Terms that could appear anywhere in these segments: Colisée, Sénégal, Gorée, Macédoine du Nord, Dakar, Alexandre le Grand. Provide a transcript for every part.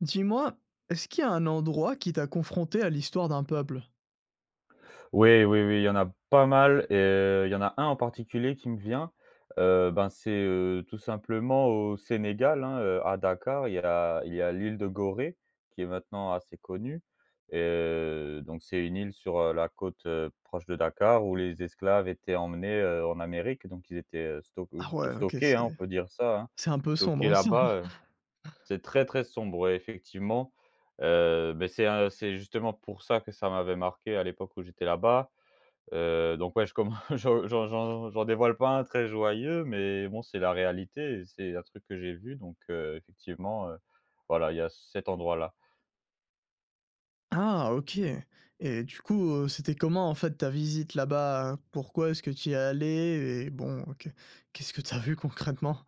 Dis-moi, est-ce qu'il y a un endroit qui t'a confronté à l'histoire d'un peuple? Oui, oui, oui, il y en a pas mal et il y en a un en particulier qui me vient, ben, c'est, tout simplement au Sénégal, hein, à Dakar, il y a l'île de Gorée qui est maintenant assez connue. Et donc c'est une île sur, la côte, proche de Dakar où les esclaves étaient emmenés, en Amérique. Donc ils étaient, Ah ouais, OK, stockés, c'est hein, on peut dire ça, hein, c'est un peu stockés sombre ça. là-bas, c'est très, très sombre, ouais, effectivement, beh, c'est justement pour ça que ça m'avait marqué à l'époque où j'étais là-bas. Donc ouais, je commen j'en dévoile pas un très joyeux, mais bon, c'est la réalité et c'est un truc que j'ai vu, donc effectivement, voilà, il y a cet endroit-là. Ah OK, et du coup, c'était comment en fait ta visite là-bas? Pourquoi est-ce que tu y es allé? Et bon, OK, qu'est-ce que t'as vu concrètement?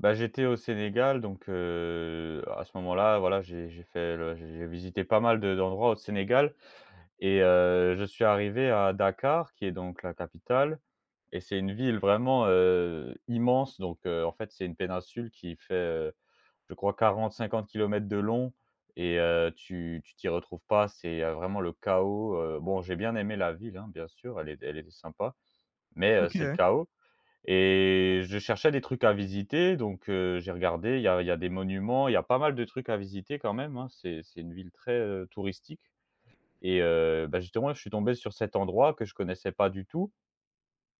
Bah, j'étais au Sénégal, donc à ce moment-là, voilà, j'ai fait le j'ai visité pas mal de d'endroits au Sénégal, et je suis arrivé à Dakar qui est donc la capitale. Et c'est une ville vraiment, immense, donc en fait, c'est une péninsule qui fait, euh, je crois 40-50 kilomètres de long. Et tu t'y retrouves pas, c'est, vraiment le chaos, bon, j'ai bien aimé la ville, hein, bien sûr, elle était sympa, mais c'est le OK. chaos. Et je cherchais des trucs à visiter, donc j'ai regardé, il y a des monuments, il y a pas mal de trucs à visiter quand même, hein. C'est une ville très, touristique. Et bah, justement, je suis tombé sur cet endroit que je connaissais pas du tout.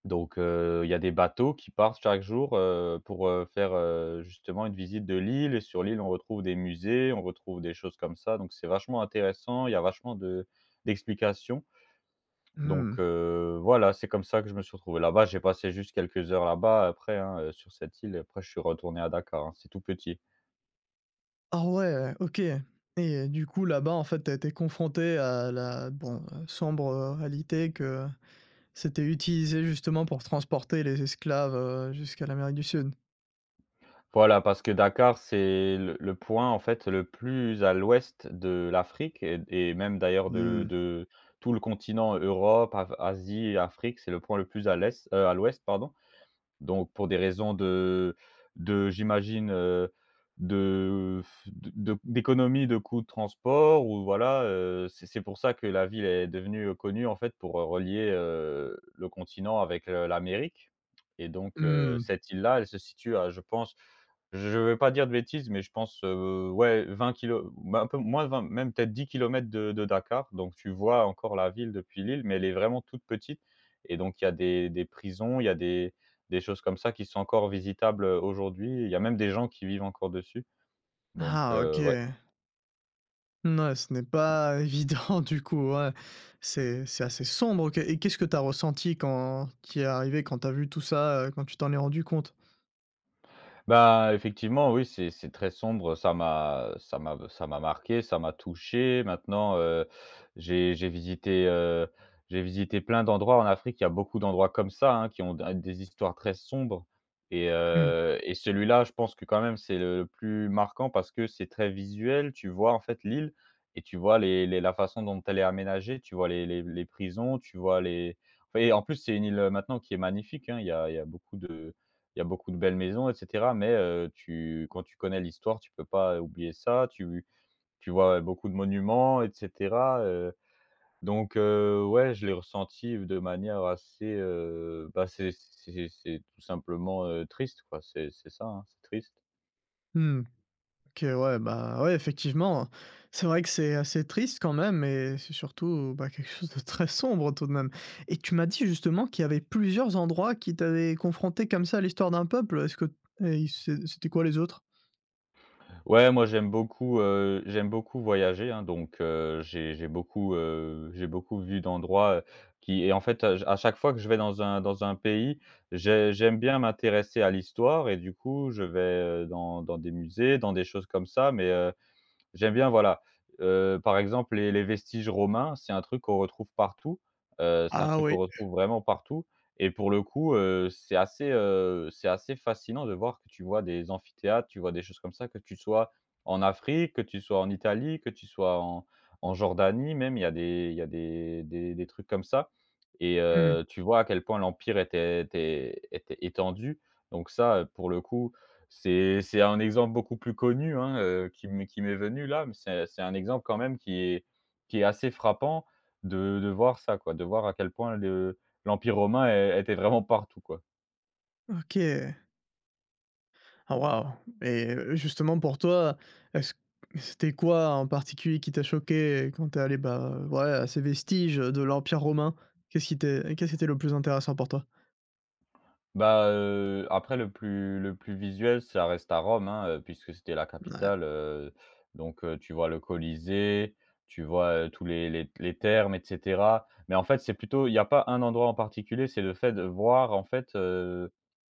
Donc il y a des bateaux qui partent chaque jour, pour, faire, justement une visite de l'île, et sur l'île, on retrouve des musées, on retrouve des choses comme ça, donc c'est vachement intéressant, il y a vachement de d'explications, donc Mmh. Voilà, c'est comme ça que je me suis retrouvé là-bas. J'ai passé juste quelques heures là-bas après, hein, sur cette île, après je suis retourné à Dakar, hein, c'est tout petit. Ah ouais, OK, et du coup là-bas en fait t'as été confronté à la bon, sombre, réalité que c'était utilisé justement pour transporter les esclaves, jusqu'à l'Amérique du Sud? Voilà, parce que Dakar, c'est le point, en fait, le plus à l'ouest de l'Afrique, et même d'ailleurs de Mmh. de tout le continent, Europe, Af Asie, Afrique, c'est le point le plus à l'est, à l'ouest, pardon. Donc pour des raisons de j'imagine, de de d'économie, de coûts de transport, ou voilà, c'est pour ça que la ville est devenue, connue en fait pour, relier, le continent avec, l'Amérique. Et donc Mmh. cette île-là, elle se situe à, je pense, je ne vais pas dire de bêtises, mais je pense, ouais un peu moins de 20, même peut-être 10 kilomètres de Dakar, donc tu vois encore la ville depuis l'île, mais elle est vraiment toute petite. Et donc il y a des prisons, il y a des choses comme ça qui sont encore visitables, aujourd'hui. Il y a même des gens qui vivent encore dessus, donc Ah OK. Ouais, ce n'est pas évident du coup, ouais. C'est assez sombre, OK, et qu'est-ce que t'as ressenti quand qui est arrivé, quand t'as vu tout ça, quand tu t'en es rendu compte? bah, effectivement, oui, c'est très sombre, ça m'a marqué, ça m'a touché. Maintenant, j'ai j'ai visité, heu, j'ai visité plein d'endroits en Afrique. Il y a beaucoup d'endroits comme ça, hein, qui ont d des histoires très sombres, et Mmh. heu et celui-là, je pense que quand même, c'est le plus marquant parce que c'est très visuel. Tu vois, en fait, l'île, et tu vois les la façon dont elle est aménagée, tu vois les prisons, tu vois les. Et en plus, c'est une île, maintenant, qui est magnifique, hein. Il y a beaucoup de belles maisons, et cetera, mais tu quand tu connais l'histoire, tu peux pas oublier ça. Tu vois beaucoup de monuments et cetera, donc ouais, je l'ai ressenti de manière assez, bah, c'est tout simplement, triste, quoi. C'est ça, hein, c'est triste. Mmh. OK, ouais, bah, ouais, effectivement, c'est vrai que c'est assez triste quand même, et c'est surtout, bah, quelque chose de très sombre tout de même, et tu m'as dit justement qu'il y avait plusieurs endroits qui t'avaient confronté comme ça à l'histoire d'un peuple. Est-ce que et ils c'était quoi les autres? Ouais, moi j'aime beaucoup voyager, hein, donc j'ai beaucoup vu d'endroits, qui et en fait, à chaque fois que je vais dans un pays, j'aime bien m'intéresser à l'histoire, et du coup, je vais, dans des musées, dans des choses comme ça, mais j'aime bien, voilà, par exemple, les vestiges romains, c'est un truc qu'on retrouve partout, c'est un Ah truc qu'on oui, retrouve vraiment partout. Et pour le coup, c'est assez fascinant de voir que tu vois des amphithéâtres, tu vois des choses comme ça, que tu sois en Afrique, que tu sois en Italie, que tu sois en Jordanie même, il y a des trucs comme ça, et mmh, tu vois à quel point l'empire était étendu. Donc ça, pour le coup, c'est un exemple beaucoup plus connu, hein, qui m'est venu là, mais c'est un exemple quand même qui est assez frappant, de voir ça quoi, de voir à quel point le l'Empire romain é était vraiment partout quoi. OK. Ah waouh, et justement pour toi, est-ce c'était quoi en particulier qui t'a choqué quand t'es allé, bah, ouais, à ces vestiges de l'Empire romain? Qu'est-ce qui t'est qu'est-ce qui était le plus intéressant pour toi? Bah, après le plus visuel, ça reste à Rome, hein, puisque c'était la Ouais. capitale, donc tu vois le Colisée, tu vois, tous les thermes et cetera. Mais en fait, c'est plutôt, il y a pas un endroit en particulier, c'est le fait de voir en fait, heu,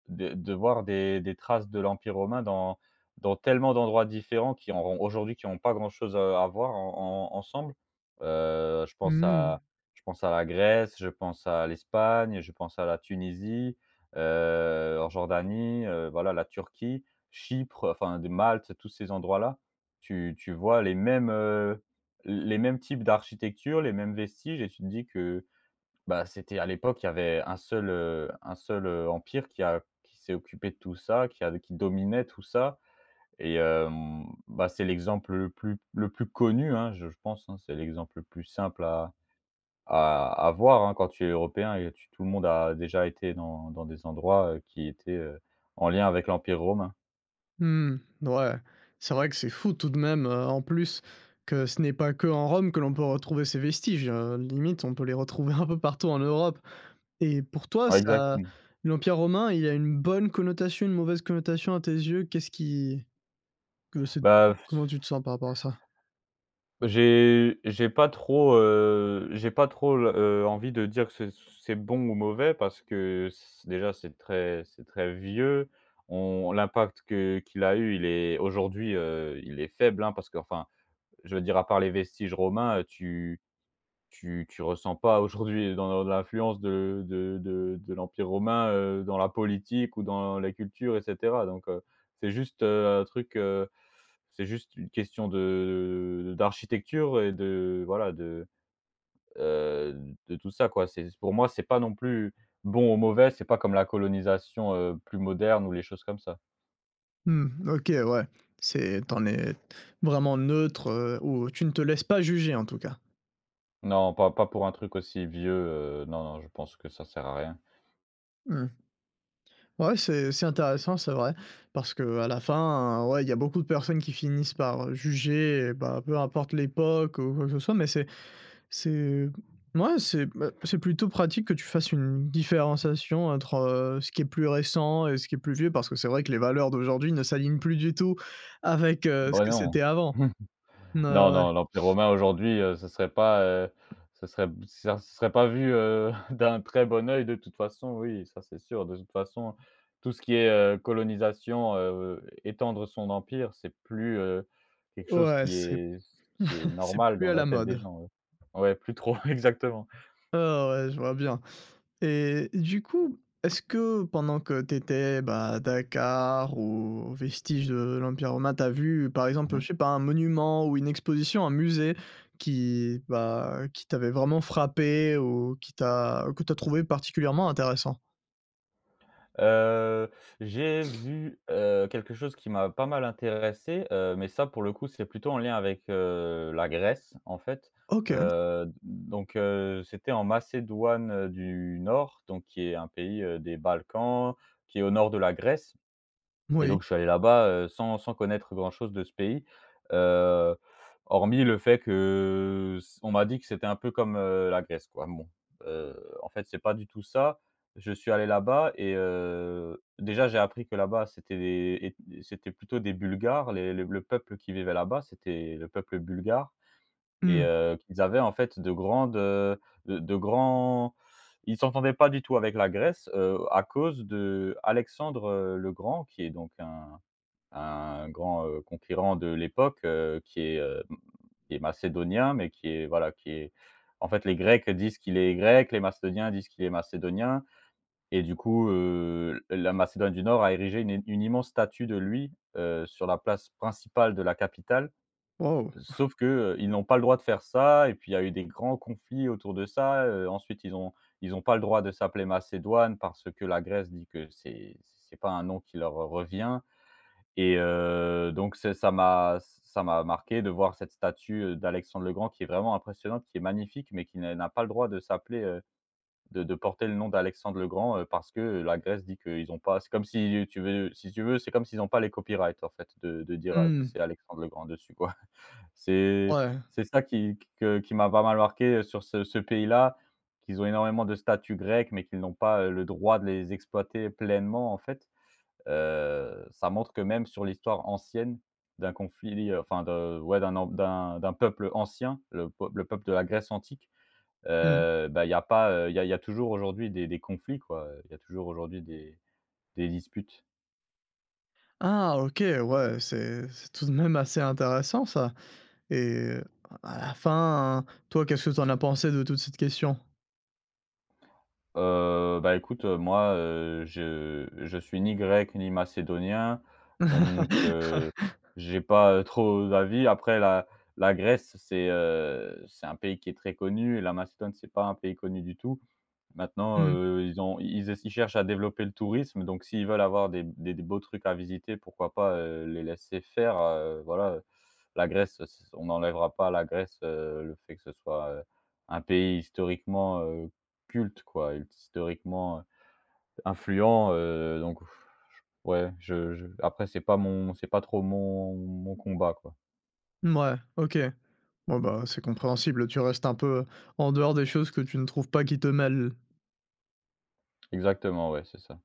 de de voir des traces de l'Empire romain dans tellement d'endroits différents qui auront aujourd'hui, qui n'ont pas grand-chose, à voir en ensemble. Heu, je pense Mmh. à je pense à la Grèce, je pense à l'Espagne, je pense à la Tunisie, en Jordanie, voilà, la Turquie, Chypre, enfin de Malte, tous ces endroits-là, tu vois les mêmes, types d'architecture, les mêmes vestiges, et tu te dis que, bah, c'était à l'époque, il y avait un seul, empire qui s'est occupé de tout ça, qui dominait tout ça, et bah, c'est l'exemple le plus connu, hein, je pense, hein, c'est l'exemple le plus simple à voir, hein, quand tu es européen, et tu tout le monde a déjà été dans des endroits, qui étaient, en lien avec l'empire romain. Mmh, ouais, c'est vrai que c'est fou tout de même, en plus que ce n'est pas que en Rome que l'on peut retrouver ces vestiges, limite on peut les retrouver un peu partout en Europe, et pour toi Ouais, ça exactement. l'Empire romain, il a une bonne connotation, une mauvaise connotation à tes yeux? Qu'est-ce qui que c'est Bah, comment f- tu te sens par rapport à ça? j'ai j'ai pas trop, j'ai pas trop l envie de dire que c'est bon ou mauvais parce que c déjà c'est très vieux. On L'impact que qu'il a eu, il est aujourd'hui, il est faible, hein, parce que, enfin, je veux dire à part les vestiges romains, tu ressens pas aujourd'hui dans l'influence de l'Empire romain, dans la politique ou dans la culture et cetera, donc c'est juste, c'est juste une question de d'architecture et de voilà, de tout ça quoi. C'est, pour moi, c'est pas non plus bon ou mauvais, c'est pas comme la colonisation, plus moderne ou les choses comme ça. Mmh, OK, ouais, c'est t'en es vraiment neutre, ou tu ne te laisses pas juger en tout cas? Non, pas pour un truc aussi vieux, non, non, je pense que ça sert à rien. Mmh. Ouais, c'est intéressant, c'est vrai, parce que à la fin, ouais, il y a beaucoup de personnes qui finissent par juger, bah, peu importe l'époque ou quoi que ce soit, mais c'est ouais, c'est bah, c'est plutôt pratique que tu fasses une différenciation entre, ce qui est plus récent et ce qui est plus vieux, parce que c'est vrai que les valeurs d'aujourd'hui ne s'alignent plus du tout avec, ce Bah que non. c'était avant. N Non, ouais, non, l'Empire romain aujourd'hui, ce serait pas, ce serait b ça ce serait pas vu, d'un très bon œil de toute façon, oui, ça c'est sûr. De toute façon, tout ce qui est, colonisation, étendre son empire, c'est plus, quelque chose ouais, c'est qui est c'est normal plus dans à la la tête des mode. gens, ouais. Ouais, plus trop, exactement. Ah ouais, je vois bien. Et du coup, est-ce que pendant que tu étais, bah, à Dakar ou aux vestiges de l'Empire romain, tu as vu, par exemple, Mmh mh. je sais pas, un monument ou une exposition, un musée qui, bah, qui t'avait vraiment frappé ou qui t'a que tu as trouvé particulièrement intéressant? Heu, j'ai vu, quelque chose qui m'a pas mal intéressé, mais ça, pour le coup, c'est plutôt en lien avec, la Grèce en fait. OK, C'était en Macédoine, du Nord, donc qui est un pays, des Balkans, qui est au nord de la Grèce. Et oui. donc je suis allé là-bas, sans connaître grand-chose de ce pays, heu, hormis le fait que c on m'a dit que c'était un peu comme, la Grèce, quoi. Bon, heu, en fait, c'est pas du tout ça. Je suis allé là-bas et déjà, j'ai appris que là-bas, c'était plutôt des Bulgares, les le peuple qui vivait là-bas, c'était le peuple bulgare et Mmh. Qu'ils avaient, en fait, de grandes, de grands ils s'entendaient pas du tout avec la Grèce, à cause d'Alexandre, le Grand, qui est donc un grand, concurrent de l'époque, qui est macédonien, mais qui est voilà, qui est en fait, les Grecs disent qu'il est grec, les Macédoniens disent qu'il est macédonien et du coup, la Macédoine du Nord a érigé une immense statue de lui, sur la place principale de la capitale. Waouh. Sauf que, ils n'ont pas le droit de faire ça et puis il y a eu des grands conflits autour de ça, ensuite ils ont ils n'ont pas le droit de s'appeler Macédoine parce que la Grèce dit que c'est pas un nom qui leur revient. Et donc c'est ça m'a marqué de voir cette statue, d'Alexandre le Grand qui est vraiment impressionnante, qui est magnifique, mais qui n'a pas le droit de s'appeler, de porter le nom d'Alexandre le Grand, parce que, la Grèce dit qu'ils n'ont pas c'est comme si tu veux, c'est comme s'ils n'ont pas les copyrights en fait de dire, que Mmh. c'est Alexandre le Grand dessus quoi. C'est Ouais. c'est ça qui m'a pas mal marqué, sur ce pays-là, qu'ils ont énormément de statues grecques, mais qu'ils n'ont pas, le droit de les exploiter pleinement en fait. Ça montre que même sur l'histoire ancienne d'un conflit, enfin de ouais, d'un en d'un d'un peuple ancien, le peuple de la Grèce antique, Mmh. Bah, il y a pas, il y a toujours aujourd'hui des conflits, quoi, il y a toujours aujourd'hui des disputes. Ah OK, ouais, c'est tout de même assez intéressant ça, et à la fin, toi, qu'est-ce que tu en as pensé de toute cette question? Bah, écoute, moi, je suis ni grec ni macédonien, donc j'ai pas, trop d'avis. Après la Grèce, c'est un pays qui est très connu et la Macédoine, c'est pas un pays connu du tout. Maintenant, Mmh. Ils ont ils ess ils cherchent à développer le tourisme, donc s'ils veulent avoir des beaux trucs à visiter, pourquoi pas, les laisser faire, voilà. La Grèce, c On n'enlèvera pas à la Grèce, le fait que ce soit, un pays historiquement, culte quoi, historiquement influent, donc ouais, je après c'est pas mon c'est pas trop mon combat quoi. Mouais, OK. Bon, bah, c'est compréhensible, tu restes un peu en dehors des choses que tu ne trouves pas qui te mêlent. Exactement, ouais, c'est ça.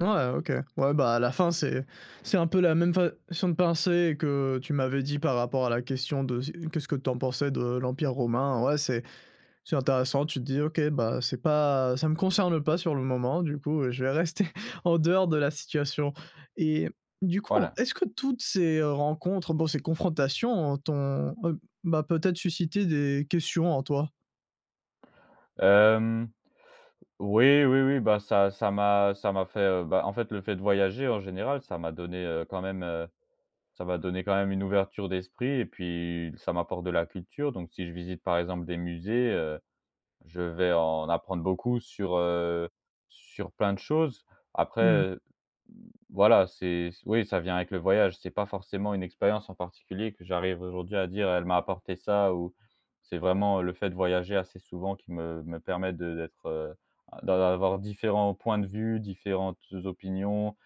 Ouais, OK. Ouais, bah, à la fin, c'est un peu la même façon de penser que tu m'avais dit par rapport à la question de s qu'est-ce que tu en pensais de l'Empire romain? Ouais, c'est intéressant, tu te dis: «OK, bah, c'est pas ça me concerne pas sur le moment, du coup, je vais rester en dehors de la situation», et du coup, Voilà. est-ce que toutes ces, rencontres, bon, ces confrontations ont t'ont, bah, peut-être suscité des questions en toi? Hem, oui, oui, oui, bah, ça m'a fait, bah, en fait, le fait de voyager en général, ça m'a donné, quand même, ça m'a donné quand même une ouverture d'esprit et puis ça m'apporte de la culture. Donc si je visite, par exemple, des musées, je vais en apprendre beaucoup sur, sur plein de choses. Mmh. Après, voilà, c'est oui, ça vient avec le voyage. C'est pas forcément une expérience en particulier que j'arrive aujourd'hui à dire: «Elle m'a apporté ça» ou c'est vraiment le fait de voyager assez souvent qui me permet de d'être, d'avoir différents points de vue, différentes opinions,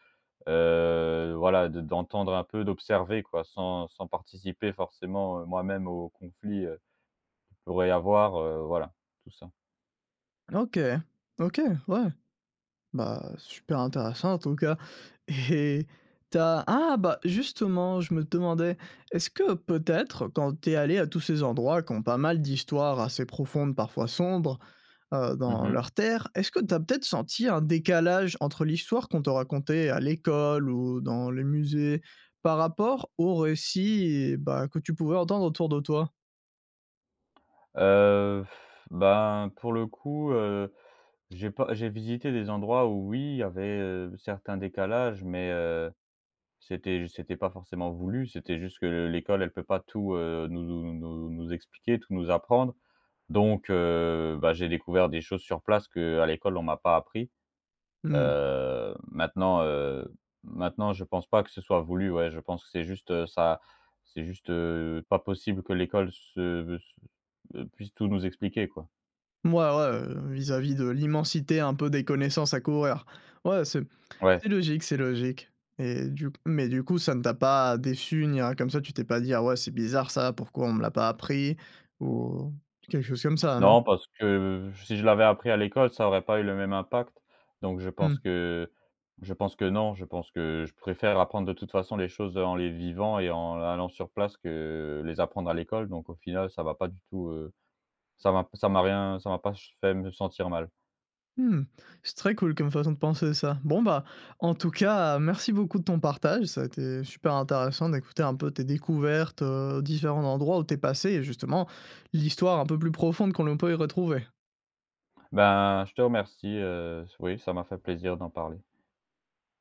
voilà, de d'entendre un peu, d'observer quoi, sans participer forcément, moi-même au conflit, qu'il pourrait y avoir, voilà, tout ça. OK. OK, ouais. Bah, super intéressant en tout cas, et t'as ah bah, justement, je me demandais, est-ce que peut-être quand t'es allé à tous ces endroits qui ont pas mal d'histoires assez profondes, parfois sombres, dans Mmh. leur terre, est-ce que t'as peut-être senti un décalage entre l'histoire qu'on te racontait à l'école ou dans les musées, par rapport aux récits, bah, que tu pouvais entendre autour de toi? Heu, ben, pour le coup, j'ai pas j'ai visité des endroits où oui, il y avait, certains décalages, mais c'était pas forcément voulu. C'était juste que l'école, elle peut pas tout, nous expliquer, tout nous apprendre. Donc bah, j'ai découvert des choses sur place que à l'école, on m'a pas appris. Mmh. Heu, maintenant, heu, Maintenant, je pense pas que ce soit voulu, ouais. Je pense que c'est juste, ça c'est juste, pas possible que l'école se se puisse tout nous expliquer, quoi. Moi, ouais, vis-à-vis de l'immensité un peu des connaissances à couvrir. Ouais, c'est Ouais. c'est logique, c'est logique, et du mais du coup, ça ne t'a pas déçu ni rien comme ça? Tu t'es pas dit: «Ah ouais, c'est bizarre ça, pourquoi on me l'a pas appris?» ou quelque chose comme ça, non? Non, parce que si je l'avais appris à l'école, ça aurait pas eu le même impact. Donc Mmh. Je pense que non, je pense que je préfère apprendre de toute façon les choses en les vivant et en allant sur place que les apprendre à l'école. Donc au final, ça va pas du tout, ça m'a rien ça m'a pas fait me sentir mal. Mmh. C'est très cool comme façon de penser ça. Bon, bah, en tout cas, merci beaucoup de ton partage. Ça a été super intéressant d'écouter un peu tes découvertes, aux différents endroits où t'es passé, et justement l'histoire un peu plus profonde qu'on le peut y retrouver. Ben, je te remercie, oui, ça m'a fait plaisir d'en parler.